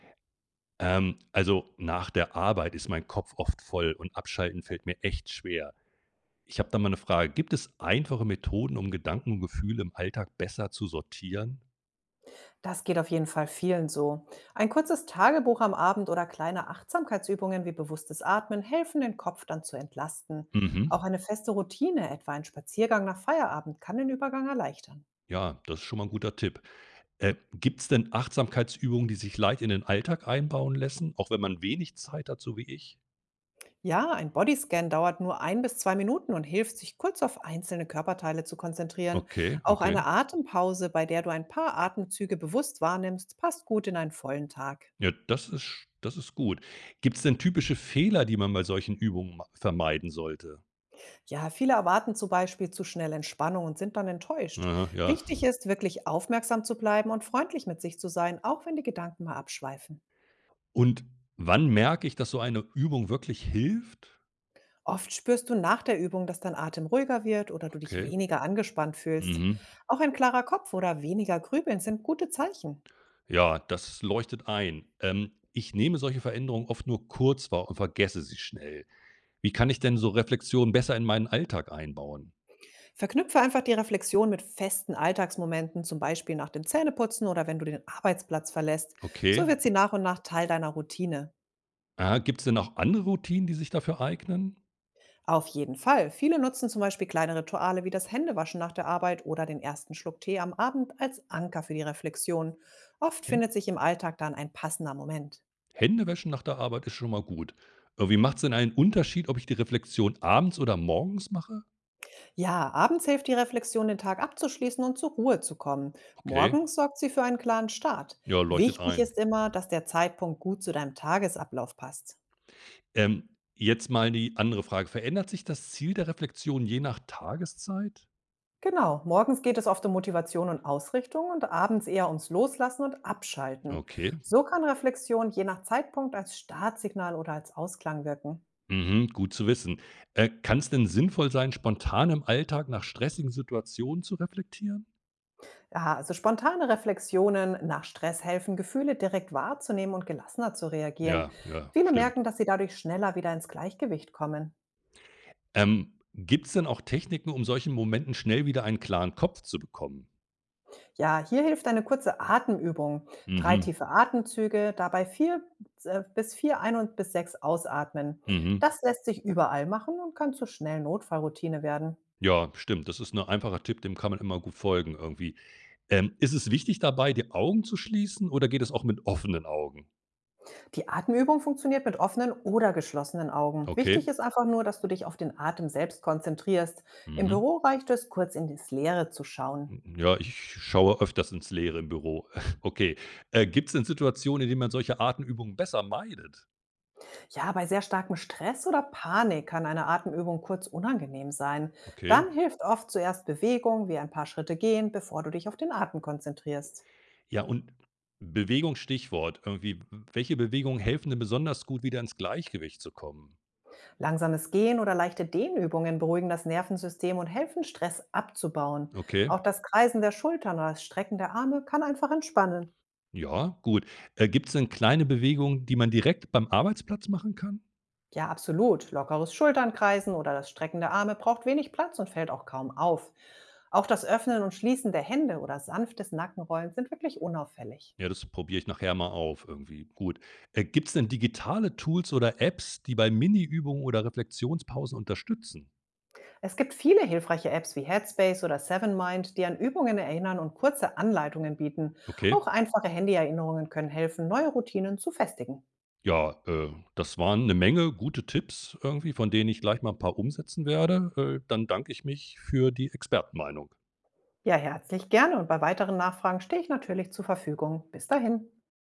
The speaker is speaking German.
Nach der Arbeit ist mein Kopf oft voll und abschalten fällt mir echt schwer. Ich habe da mal eine Frage. Gibt es einfache Methoden, um Gedanken und Gefühle im Alltag besser zu sortieren? Das geht auf jeden Fall vielen so. Ein kurzes Tagebuch am Abend oder kleine Achtsamkeitsübungen wie bewusstes Atmen helfen, den Kopf dann zu entlasten. Mhm. Auch eine feste Routine, etwa ein Spaziergang nach Feierabend, kann den Übergang erleichtern. Ja, das ist schon mal ein guter Tipp. Gibt es denn Achtsamkeitsübungen, die sich leicht in den Alltag einbauen lassen, auch wenn man wenig Zeit hat, so wie ich? Ja, ein Bodyscan dauert nur ein bis zwei Minuten und hilft, sich kurz auf einzelne Körperteile zu konzentrieren. Okay, Auch okay. eine Atempause, bei der du ein paar Atemzüge bewusst wahrnimmst, passt gut in einen vollen Tag. Ja, das ist gut. Gibt es denn typische Fehler, die man bei solchen Übungen ma vermeiden sollte? Ja, viele erwarten zum Beispiel zu schnell Entspannung und sind dann enttäuscht. Aha, ja. Wichtig ist, wirklich aufmerksam zu bleiben und freundlich mit sich zu sein, auch wenn die Gedanken mal abschweifen. Und wann merke ich, dass so eine Übung wirklich hilft? Oft spürst du nach der Übung, dass dein Atem ruhiger wird oder du dich Okay. weniger angespannt fühlst. Mhm. Auch ein klarer Kopf oder weniger Grübeln sind gute Zeichen. Ja, das leuchtet ein. Ich nehme solche Veränderungen oft nur kurz wahr und vergesse sie schnell. Wie kann ich denn so Reflexionen besser in meinen Alltag einbauen? Verknüpfe einfach die Reflexion mit festen Alltagsmomenten, zum Beispiel nach dem Zähneputzen oder wenn du den Arbeitsplatz verlässt. So Okay. wird sie nach und nach Teil deiner Routine. Ah, gibt es denn auch andere Routinen, die sich dafür eignen? Auf jeden Fall. Viele nutzen zum Beispiel kleine Rituale wie das Händewaschen nach der Arbeit oder den ersten Schluck Tee am Abend als Anker für die Reflexion. Oft Hän findet sich im Alltag dann ein passender Moment. Händewaschen nach der Arbeit ist schon mal gut. Wie macht es denn einen Unterschied, ob ich die Reflexion abends oder morgens mache? Ja, abends hilft die Reflexion, den Tag abzuschließen und zur Ruhe zu kommen. Okay. Morgens sorgt sie für einen klaren Start. Ja, leuchtet Wichtig ein. ist immer, dass der Zeitpunkt gut zu deinem Tagesablauf passt. Ähm, Jetzt mal die andere Frage. Verändert sich das Ziel der Reflexion je nach Tageszeit? Genau, morgens geht es oft um Motivation und Ausrichtung und abends eher ums Loslassen und Abschalten. Okay. So kann Reflexion je nach Zeitpunkt als Startsignal oder als Ausklang wirken. Mhm, gut zu wissen. Kann es denn sinnvoll sein, spontan im Alltag nach stressigen Situationen zu reflektieren? Ja, also spontane Reflexionen nach Stress helfen, Gefühle direkt wahrzunehmen und gelassener zu reagieren. Ja, ja, Viele stimmt. merken, dass sie dadurch schneller wieder ins Gleichgewicht kommen. Ähm, Gibt es denn auch Techniken, um solchen Momenten schnell wieder einen klaren Kopf zu bekommen? Ja, hier hilft eine kurze Atemübung. Drei Mhm, tiefe Atemzüge, dabei vier bis vier ein- und bis sechs ausatmen. mhm. Das lässt sich überall machen und kann zur schnellen Notfallroutine werden. Ja, stimmt. Das ist ein einfacher Tipp, dem kann man immer gut folgen irgendwie. Ist es wichtig dabei, die Augen zu schließen oder geht es auch mit offenen Augen? Die Atemübung funktioniert mit offenen oder geschlossenen Augen. Wichtig Okay. ist einfach nur, dass du dich auf den Atem selbst konzentrierst. Im Mhm. Büro reicht es, kurz in das Leere zu schauen. Hm, ja, ich schaue öfters ins Leere im Büro. Okay. Gibt es denn Situationen, in denen man solche Atemübungen besser meidet? Ja, bei sehr starkem Stress oder Panik kann eine Atemübung kurz unangenehm sein. Okay. Dann hilft oft zuerst Bewegung, wie ein paar Schritte gehen, bevor du dich auf den Atem konzentrierst. Ja, und Bewegung, Stichwort irgendwie. Welche Bewegungen helfen denn besonders gut, wieder ins Gleichgewicht zu kommen? Langsames Gehen oder leichte Dehnübungen beruhigen das Nervensystem und helfen, Stress abzubauen. Auch Okay. das Kreisen der Schultern oder das Strecken der Arme kann einfach entspannen. Ja, gut. Gibt es denn kleine Bewegungen, die man direkt beim Arbeitsplatz machen kann? Ja, absolut. Lockeres Schulternkreisen oder das Strecken der Arme braucht wenig Platz und fällt auch kaum auf. Auch das Öffnen und Schließen der Hände oder sanftes Nackenrollen sind wirklich unauffällig. Ja, das probiere ich nachher mal auf irgendwie. Gut. Gibt es denn digitale Tools oder Apps, die bei Miniübungen oder Reflexionspausen unterstützen? Es gibt viele hilfreiche Apps wie Headspace oder Sevenmind, die an Übungen erinnern und kurze Anleitungen bieten. Auch Okay. einfache Handyerinnerungen können helfen, neue Routinen zu festigen. Ja, das waren eine Menge gute Tipps irgendwie, von denen ich gleich mal ein paar umsetzen werde. Dann danke ich mich für die Expertenmeinung. Ja, herzlich gerne und bei weiteren Nachfragen stehe ich natürlich zur Verfügung. Bis dahin.